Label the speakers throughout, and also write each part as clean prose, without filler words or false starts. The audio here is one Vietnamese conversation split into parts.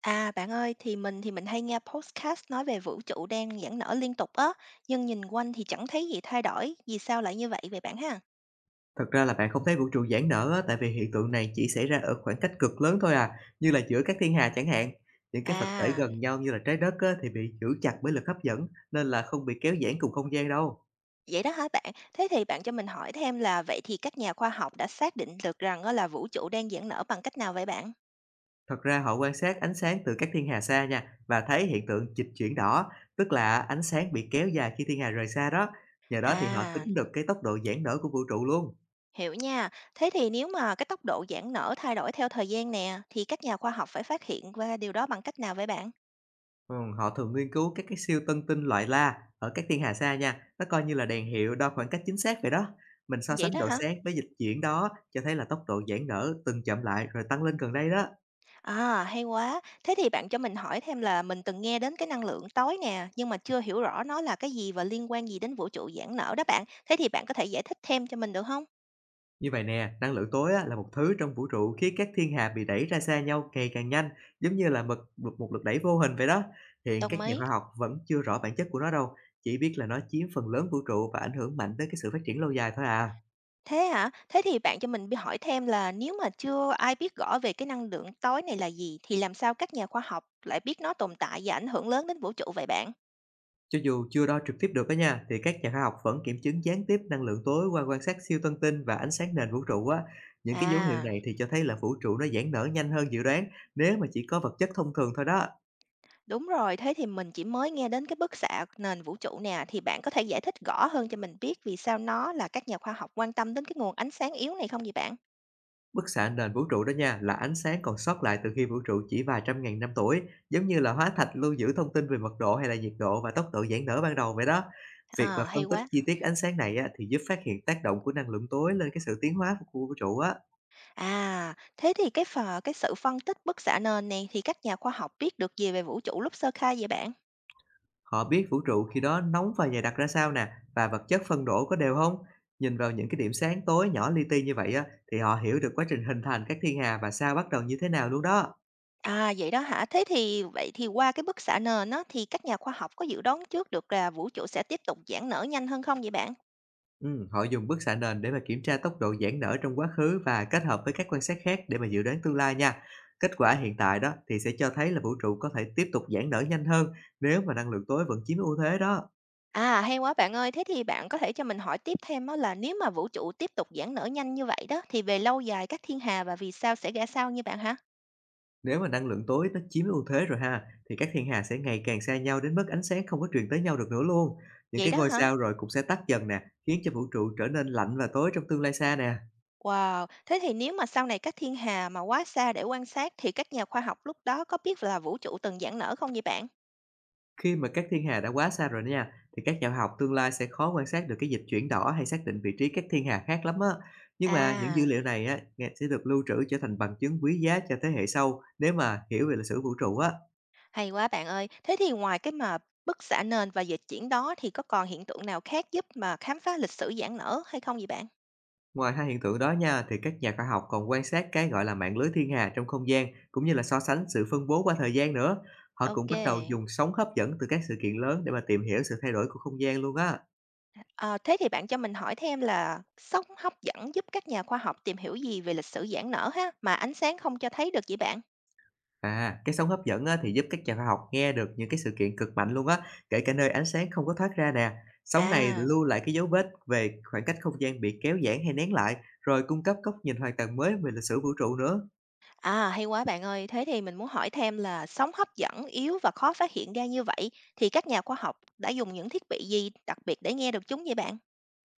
Speaker 1: À, bạn ơi, thì mình hay nghe podcast nói về vũ trụ đang giãn nở liên tục á, nhưng nhìn quanh thì chẳng thấy gì thay đổi, vì sao lại như vậy vậy bạn ha?
Speaker 2: Thật ra là bạn không thấy vũ trụ giãn nở á, tại vì hiện tượng này chỉ xảy ra ở khoảng cách cực lớn thôi à, như là giữa các thiên hà chẳng hạn. Những cái vật thể
Speaker 1: À,
Speaker 2: gần nhau như là trái đất á, thì bị giữ chặt bởi lực hấp dẫn nên là không bị kéo giãn cùng không gian đâu.
Speaker 1: vậy đó hả bạn? Thế thì bạn cho mình hỏi thêm là vậy thì các nhà khoa học đã xác định được rằng á là vũ trụ đang giãn nở bằng cách nào vậy bạn?
Speaker 2: Thật ra họ quan sát ánh sáng từ các thiên hà xa nha và thấy hiện tượng dịch chuyển đỏ, tức là ánh sáng bị kéo dài khi thiên hà rời xa đó. Nhờ đó thì họ
Speaker 1: À,
Speaker 2: tính được cái tốc độ giãn nở của vũ trụ luôn.
Speaker 1: hiểu nha. Thế thì nếu mà cái tốc độ giãn nở thay đổi theo thời gian nè, thì các nhà khoa học phải phát hiện ra điều đó bằng cách nào vậy bạn?
Speaker 2: Họ thường nghiên cứu các cái siêu tân tinh loại La ở các thiên hà xa nha, nó coi như là đèn hiệu đo khoảng cách chính xác vậy đó. Mình so
Speaker 1: Vậy
Speaker 2: sánh
Speaker 1: đó
Speaker 2: độ
Speaker 1: hả?
Speaker 2: sáng với dịch chuyển đó cho thấy là tốc độ giãn nở từng chậm lại rồi tăng lên gần đây đó.
Speaker 1: À, hay quá. Thế thì bạn cho mình hỏi thêm là mình từng nghe đến cái năng lượng tối nè, nhưng mà chưa hiểu rõ nó là cái gì và liên quan gì đến vũ trụ giãn nở đó bạn. Thế thì bạn có thể giải thích thêm cho mình được không?
Speaker 2: Như vậy nè, năng lượng tối á, là một thứ trong vũ trụ khiến các thiên hà bị đẩy ra xa nhau ngày càng nhanh, giống như là mực một một lực đẩy vô hình vậy đó. Hiện các
Speaker 1: Đồng
Speaker 2: nhà
Speaker 1: ý.
Speaker 2: khoa học vẫn chưa rõ bản chất của nó đâu, chỉ biết là nó chiếm phần lớn vũ trụ và ảnh hưởng mạnh tới cái sự phát triển lâu dài thôi à.
Speaker 1: Thế hả? Thế thì bạn cho mình hỏi thêm là nếu mà chưa ai biết rõ về cái năng lượng tối này là gì thì làm sao các nhà khoa học lại biết nó tồn tại và ảnh hưởng lớn đến vũ trụ vậy bạn?
Speaker 2: Cho dù chưa đo trực tiếp được á nha, thì các nhà khoa học vẫn kiểm chứng gián tiếp năng lượng tối qua quan sát siêu tân tinh và ánh sáng nền vũ trụ á. Những cái dấu hiệu
Speaker 1: À.
Speaker 2: này thì cho thấy là vũ trụ nó giãn nở nhanh hơn dự đoán nếu mà chỉ có vật chất thông thường thôi đó.
Speaker 1: Đúng rồi, thế thì mình chỉ mới nghe đến cái bức xạ nền vũ trụ nè, thì bạn có thể giải thích rõ hơn cho mình biết vì sao nó là các nhà khoa học quan tâm đến cái nguồn ánh sáng yếu này không vậy bạn?
Speaker 2: Bức xạ nền vũ trụ đó nha là ánh sáng còn sót lại từ khi vũ trụ chỉ vài trăm ngàn năm tuổi, giống như là hóa thạch lưu giữ thông tin về mật độ hay là nhiệt độ và tốc độ giãn nở ban đầu vậy đó. Việc mà
Speaker 1: À,
Speaker 2: phân
Speaker 1: hay
Speaker 2: tích
Speaker 1: quá.
Speaker 2: chi tiết ánh sáng này á, thì giúp phát hiện tác động của năng lượng tối lên cái sự tiến hóa của vũ trụ á.
Speaker 1: À, thế thì cái sự phân tích bức xạ nền này thì các nhà khoa học biết được gì về vũ trụ lúc sơ khai vậy bạn?
Speaker 2: Họ biết vũ trụ khi đó nóng và dày đặc ra sao nè, và vật chất phân đổ có đều không? Nhìn vào những cái điểm sáng tối nhỏ li ti như vậy á, thì họ hiểu được quá trình hình thành các thiên hà và sao bắt đầu như thế nào luôn đó.
Speaker 1: À, vậy đó hả? Thế thì vậy thì qua cái bức xạ nền á thì các nhà khoa học có dự đoán trước được là vũ trụ sẽ tiếp tục giãn nở nhanh hơn không vậy bạn?
Speaker 2: Ừ, họ dùng bức xạ nền để mà kiểm tra tốc độ giãn nở trong quá khứ và kết hợp với các quan sát khác để mà dự đoán tương lai nha. Kết quả hiện tại đó thì sẽ cho thấy là vũ trụ có thể tiếp tục giãn nở nhanh hơn nếu mà năng lượng tối vẫn chiếm ưu thế đó.
Speaker 1: À, hay quá bạn ơi. Thế thì bạn có thể cho mình hỏi tiếp thêm đó là nếu mà vũ trụ tiếp tục giãn nở nhanh như vậy đó, thì về lâu dài các thiên hà và vì sao sẽ ra sao như bạn hả?
Speaker 2: Nếu mà năng lượng tối nó chiếm ưu thế rồi ha, thì các thiên hà sẽ ngày càng xa nhau đến mức ánh sáng không có truyền tới nhau được nữa luôn. Những
Speaker 1: Vậy
Speaker 2: cái
Speaker 1: đó
Speaker 2: ngôi
Speaker 1: hả?
Speaker 2: sao rồi cũng sẽ tắt dần nè, khiến cho vũ trụ trở nên lạnh và tối trong tương lai xa nè.
Speaker 1: Wow, thế thì nếu mà sau này các thiên hà mà quá xa để quan sát thì các nhà khoa học lúc đó có biết là vũ trụ từng giãn nở không vậy bạn?
Speaker 2: Khi mà các thiên hà đã quá xa rồi đó nha, thì các nhà khoa học tương lai sẽ khó quan sát được cái dịch chuyển đỏ hay xác định vị trí các thiên hà khác lắm á. Nhưng mà những dữ
Speaker 1: À,
Speaker 2: liệu này á, sẽ được lưu trữ trở thành bằng chứng quý giá cho thế hệ sau nếu mà hiểu về lịch sử vũ trụ á.
Speaker 1: hay quá bạn ơi. Thế thì ngoài cái mà bức xạ nền và dịch chuyển đó thì có còn hiện tượng nào khác giúp mà khám phá lịch sử giãn nở hay không vậy bạn?
Speaker 2: Ngoài hai hiện tượng đó nha, thì các nhà khoa học còn quan sát cái gọi là mạng lưới thiên hà trong không gian, cũng như là so sánh sự phân bố qua thời gian nữa. Họ cũng
Speaker 1: Ok.
Speaker 2: bắt đầu dùng sóng hấp dẫn từ các sự kiện lớn để mà tìm hiểu sự thay đổi của không gian luôn á.
Speaker 1: Ờ, thế thì bạn cho mình hỏi thêm là sóng hấp dẫn giúp các nhà khoa học tìm hiểu gì về lịch sử giãn nở ha, mà ánh sáng không cho thấy được vậy bạn?
Speaker 2: À, cái sóng hấp dẫn á, thì giúp các nhà khoa học nghe được những cái sự kiện cực mạnh luôn á, kể cả nơi ánh sáng không có thoát ra nè. Sóng này
Speaker 1: À,
Speaker 2: lưu lại cái dấu vết về khoảng cách không gian bị kéo giãn hay nén lại, rồi cung cấp góc nhìn hoàn toàn mới về lịch sử vũ trụ nữa.
Speaker 1: à, hay quá bạn ơi, thế thì mình muốn hỏi thêm là sóng hấp dẫn yếu và khó phát hiện ra như vậy thì các nhà khoa học đã dùng những thiết bị gì đặc biệt để nghe được chúng vậy bạn?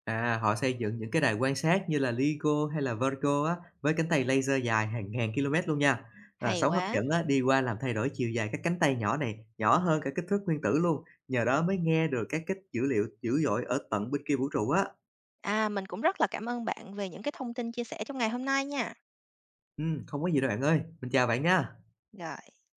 Speaker 2: À, họ xây dựng những cái đài quan sát như là LIGO hay là Virgo á, với cánh tay laser dài hàng ngàn km luôn nha. À,
Speaker 1: Hay
Speaker 2: sóng hấp
Speaker 1: quá.
Speaker 2: dẫn á, đi qua làm thay đổi chiều dài các cánh tay nhỏ này, nhỏ hơn cả kích thước nguyên tử luôn. Nhờ đó mới nghe được các kích dữ liệu dữ dội ở tận bên kia vũ trụ á.
Speaker 1: À, mình cũng rất là cảm ơn bạn về những cái thông tin chia sẻ trong ngày hôm nay nha.
Speaker 2: Không có gì đâu bạn ơi. Mình chào bạn nha.
Speaker 1: Rồi.